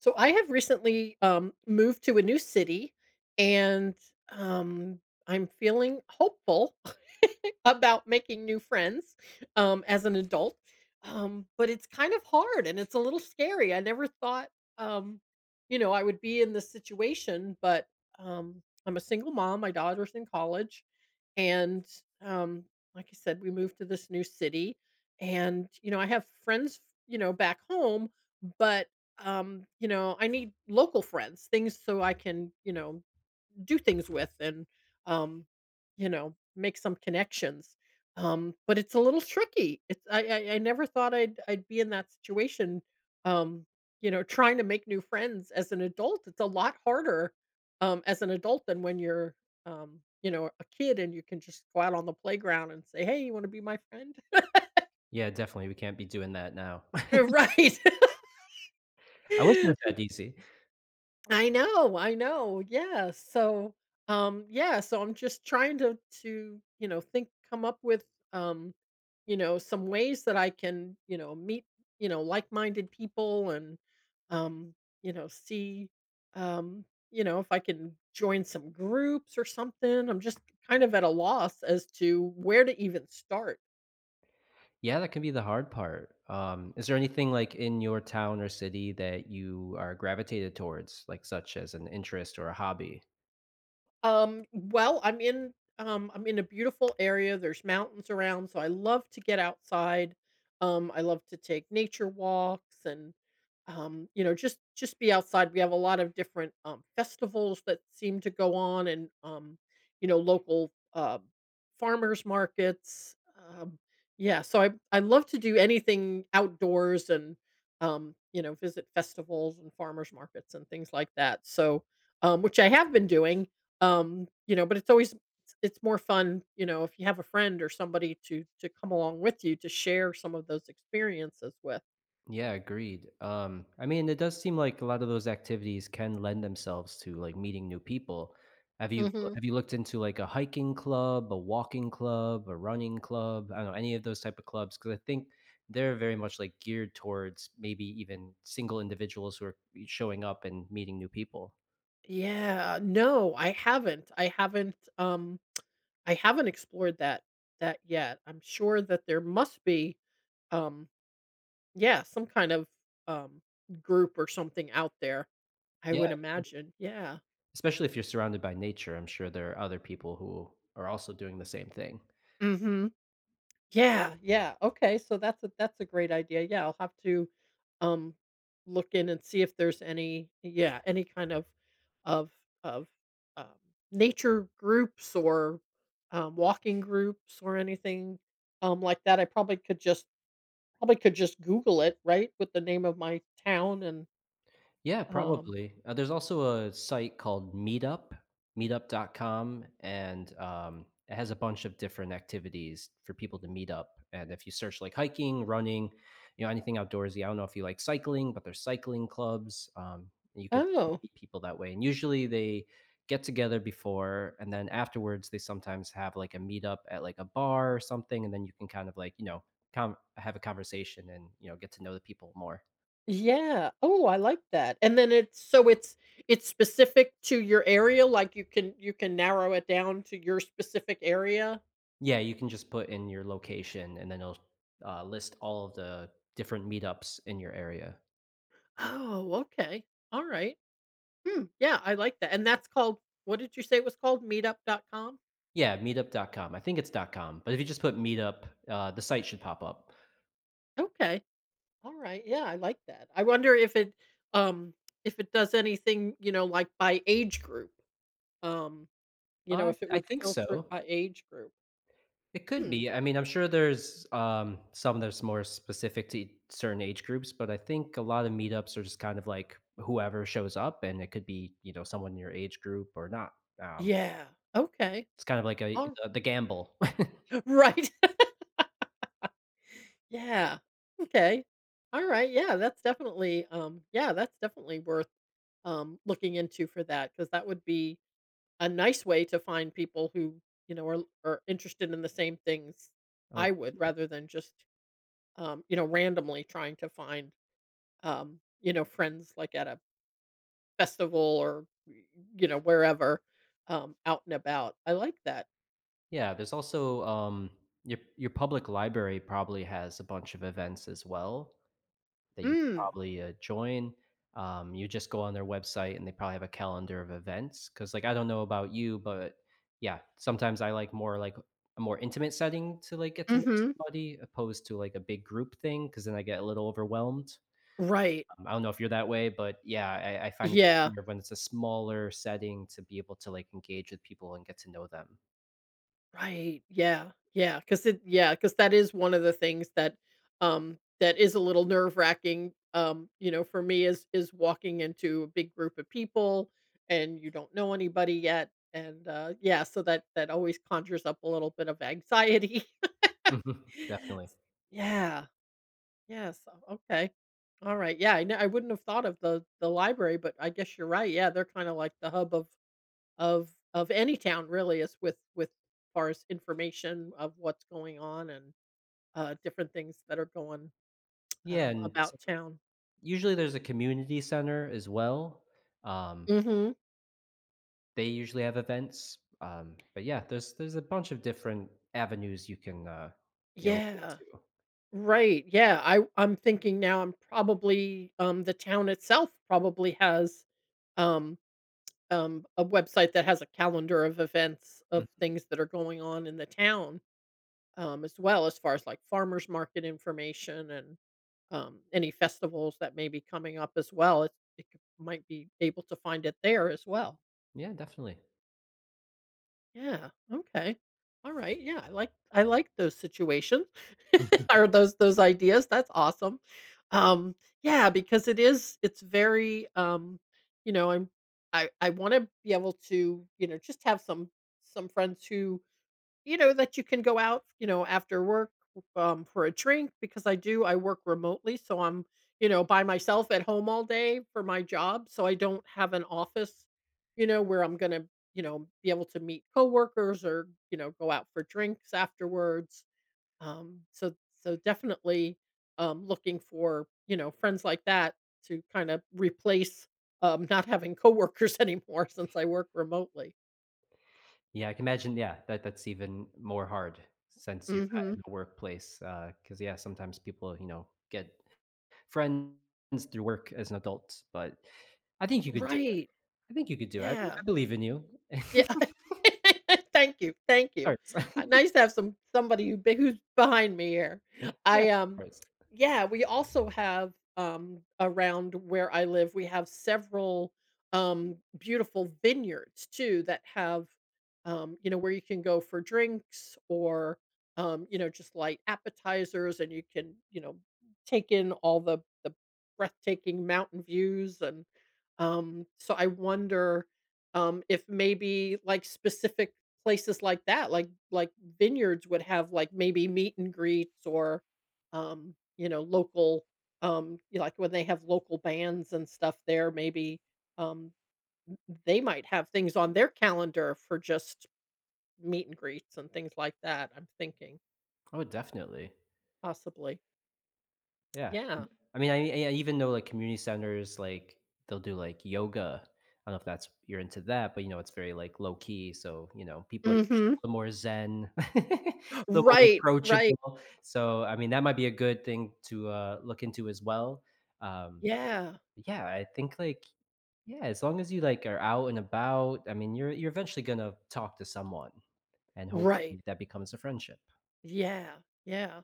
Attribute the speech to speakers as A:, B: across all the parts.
A: So I have recently moved to a new city, and um, I'm feeling hopeful about making new friends as an adult. But it's kind of hard and it's a little scary. I never thought, um, I would be in this situation, but um, I'm a single mom. My daughter's in college, and um, like I said, we moved to this new city, and I have friends, back home, but I need local friends, things so I can, do things with and, um, make some connections. But it's a little tricky. It's I never thought I'd be in that situation. Um, Trying to make new friends as an adult, it's a lot harder as an adult than when you're a kid and you can just go out on the playground and say, "Hey, you want to be my friend?"
B: Yeah, definitely, we can't be doing that now.
A: Right.
B: I wish it was that easy.
A: I know, I know. Yeah. Yeah. So I'm just trying to think, come up with um, some ways that I can meet like minded people and um, see um, if I can join some groups or something. I'm just kind of at a loss as to where to even start.
B: Yeah, that can be the hard part. Is there anything, like, in your town or city that you are gravitated towards, like, such as an interest or a hobby?
A: Well, I'm in a beautiful area, there's mountains around, so I love to get outside. I love to take nature walks and, just be outside. We have a lot of different, festivals that seem to go on and, local, farmers markets. Um, yeah, so I love to do anything outdoors and, visit festivals and farmers markets and things like that. So, which I have been doing but it's always it's more fun, if you have a friend or somebody to come along with you to share some of those experiences with.
B: Yeah, agreed. I mean, it does seem like a lot of those activities can lend themselves to like meeting new people. Have you
A: Mhm.
B: have you looked into like a hiking club, a walking club, a running club? I don't know any of those type of clubs because I think they're very much like geared towards maybe even single individuals who are showing up and meeting new people.
A: Yeah, no, I haven't. I haven't I haven't explored that yet. I'm sure that there must be um yeah, some kind of um group or something out there. I
B: Yeah,
A: would imagine. Yeah.
B: especially if you're surrounded by nature, I'm sure there are other people who are also doing the same thing.
A: Mhm. Yeah, yeah. Okay, so that's a great idea. Yeah, I'll have to um look in and see if there's any yeah, any kind of of um nature groups or walking groups or anything like that. I probably could just google it, right, with the name of my town and
B: Yeah,
A: um
B: probably. There's also a site called Meetup, meetup.com, and it has a bunch of different activities for people to meet up. And if you search like hiking, running, anything outdoorsy. I don't know if you like cycling, but there's cycling clubs. And you could
A: oh,
B: meet people that way. And usually they get together before, and then afterwards they sometimes have like a meetup at like a bar or something, and then you can kind of like have a conversation and get to know the people more.
A: yeah. Oh, I like that. And then it's so it's specific to your area, like you can narrow it down to your specific area?
B: Yeah, you can just put in your location and then it'll list all of the different meetups in your area.
A: Oh, okay. All right. Hmm, yeah, I like that. And that's called what did you say it was called? Meetup.com?
B: Yeah, meetup. Dot com. I think it's dot .com, but if you just put meetup, the site should pop up.
A: Okay. All right. Yeah, I like that. I wonder um if it does anything, like by age group. Um, if it
B: I
A: would
B: think
A: filter it
B: so.
A: by age group.
B: It could
A: Hmm.
B: be. I mean, I'm sure there's some that's more specific to certain age groups, but I think a lot of meetups are just kind of like whoever shows up, and it could be someone in your age group or not. Um,
A: Yeah. Okay.
B: it's kind of like a
A: All
B: the, the gamble. Oh,
A: right. Yeah. Okay. All right. Yeah, that's definitely worth looking into for that because that would be a nice way to find people who, are interested in the same things I would
B: definitely.
A: rather than just randomly trying to find friends like at a festival or y- wherever out and about. I like that.
B: Yeah, there's also your public library probably has a bunch of events as well that you could
A: Mm.
B: probably join. You just go on their website and they probably have a calendar of events. Because like I don't know about you, but yeah, sometimes I like more like a more intimate setting to like get to know
A: Mhm.
B: somebody opposed to like a big group thing. Because then I get a little overwhelmed.
A: Right.
B: I don't know if you're that way, but yeah, I find it
A: Yeah.
B: easier when it's a smaller setting to be able to like engage with people and get to know them.
A: Right, yeah, yeah. Because it yeah. Because that is one of the things that is a little nerve-wracking, for me is walking into a big group of people and you don't know anybody yet, and, yeah, so that that always conjures up a little bit of anxiety.
B: Definitely.
A: Yeah, yes. Okay. Alright, yeah, I kn I wouldn't have thought of the library, but I guess you're right, yeah, they're kinda like the hub of any town really is with far as information of what's going on and different things that are going
B: Yeah,
A: um, about town.
B: usually there's a community center as well. Um,
A: Hmm.
B: they usually have events, but yeah, there's a bunch of different avenues you can look
A: Yeah.
B: into.
A: Right. Yeah. I I'm thinking now. I'm probably the town itself probably has um a website that has a calendar of events of
B: Mm,
A: things that are going on in the town as well as far as like farmers market information and any festivals that may be coming up as well. It c- might be able to find it there as well.
B: yeah, definitely.
A: Yeah. Okay. All right. Yeah. I like those situations or those ideas. That's awesome. Um, yeah, because it is it's very I'm I want to be able to just have some friends who that you can go out, after work, for a drink because I do I work remotely, so I'm, by myself at home all day for my job, so I don't have an office, where I'm gonna, be able to meet coworkers or, go out for drinks afterwards. So so definitely, looking for, friends like that to kind of replace, not having coworkers anymore since I work remotely.
B: Yeah, I can imagine. Yeah, that's even more hard since you're not
A: Mhm.
B: in the workplace. Because yeah, sometimes people get friends through work as an adult, but I think you could do it.
A: Right.
B: I think you could do it. I
A: Yeah.
B: believe in you.
A: Yeah. Thank you, thank you.
B: Of course.
A: Nice to have some somebody who be who's behind me here.
B: Yeah, of
A: I, um
B: course.
A: yeah, we also have, around where I live, we have several, beautiful vineyards too that have, where you can go for drinks or, just light appetizers and you can, take in all the breathtaking mountain views and, so I wonder if maybe like specific places like that, like vineyards would have like maybe meet and greets or local like when they have local bands and stuff there, maybe um they might have things on their calendar for just meet and greets and things like that. I'm thinking
B: Oh, definitely.
A: possibly.
B: Yeah.
A: Yeah.
B: I mean, I even know like community centers, like they'll do like yoga. I don't know if that's you're into that, but it's very like low key. So, people are usually
A: Mhm.
B: a little more zen, a little more
A: Right, right.
B: approachable. So, I mean, that might be a good thing to look into as well. Um,
A: Yeah.
B: yeah, I think like, yeah, as long as you like are out and about. I mean, you're eventually gonna talk to someone and
A: Right.
B: hopefully that becomes a friendship.
A: Yeah. Yeah.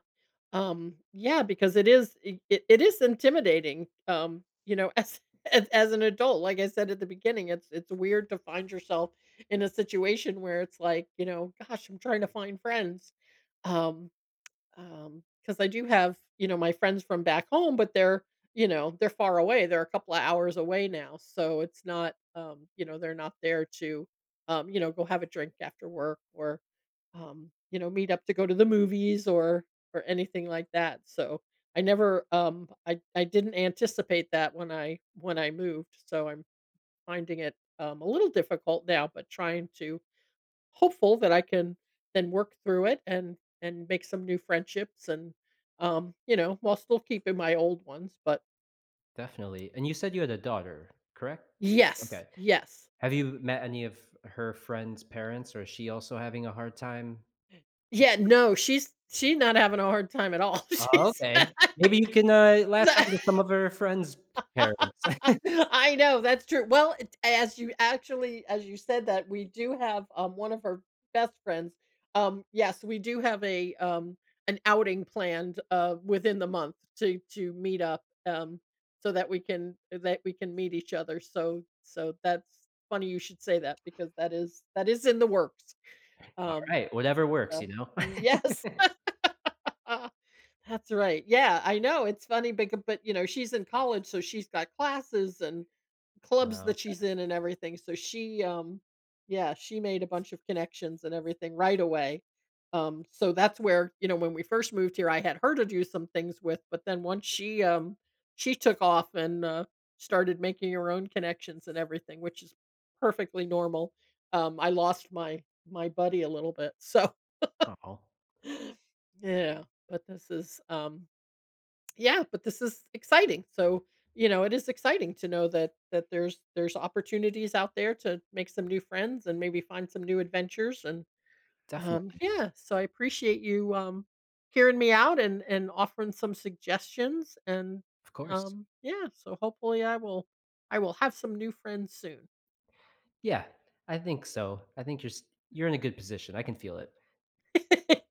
A: Yeah, because it is it it it is intimidating, as as an adult, like I said at the beginning, it's weird to find yourself in a situation where it's like, gosh, I'm trying to find friends. Um, Because I do have, my friends from back home, but they're, they're far away. They're a couple of hours away now, so it's not, they're not there to, go have a drink after work or, meet up to go to the movies or anything like that. So I never, I didn't anticipate that when I moved. So I'm finding it a little difficult now, but trying to hopeful that I can then work through it and make some new friendships and, while still keeping my old ones, but
B: Definitely. And you said you had a daughter, correct?
A: yes,
B: Okay.
A: yes.
B: Have you met any of her friends' parents, or is she also having a hard time?
A: Yeah, no, she's not having a hard time at all.
B: Oh,
A: She's
B: okay. Maybe you can, latch on to some of her friends' parents.
A: I know, that's true. Well, it- as you actually as you said that, we do have one of her best friends. Yes, we do have a an outing planned within the month to meet up so that we can meet each other. So so that's funny you should say that because that is in the works.
B: All
A: Um
B: right, whatever works, you
A: so
B: know?
A: yes. That's right. Yeah, I know. It's funny because but you know, she's in college so she's got classes and clubs
B: Oh,
A: that she's
B: okay.
A: in and everything. So she yeah, she made a bunch of connections and everything right away. So that's where, when we first moved here I had her to do some things with, but then once she took off and started making her own connections and everything, which is perfectly normal. I lost my my buddy a little bit. So
B: Oh,
A: yeah, but this is yeah, but this is exciting. So, it is exciting to know that that there's opportunities out there to make some new friends and maybe find some new adventures and
B: definitely,
A: yeah, so I appreciate you hearing me out and offering some suggestions and
B: of course.
A: um yeah, so hopefully I will have some new friends soon.
B: Yeah, I think so. I think you're in a good position, I can feel it.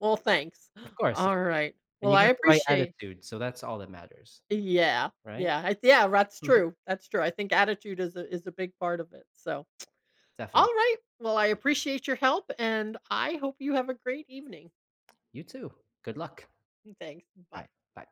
A: Well, thanks.
B: Of course,
A: All right.
B: and
A: Well,
B: you
A: I
B: got the right
A: appreciate
B: attitude, so that's all that matters,
A: yeah.
B: right?
A: Yeah, I, yeah, that's true. That's true. I think attitude is a big part of it. So, all
B: Definitely.
A: right. Well, I appreciate your help and I hope you have a great evening.
B: You too. Good luck.
A: Thanks. Bye.
B: Alright, bye.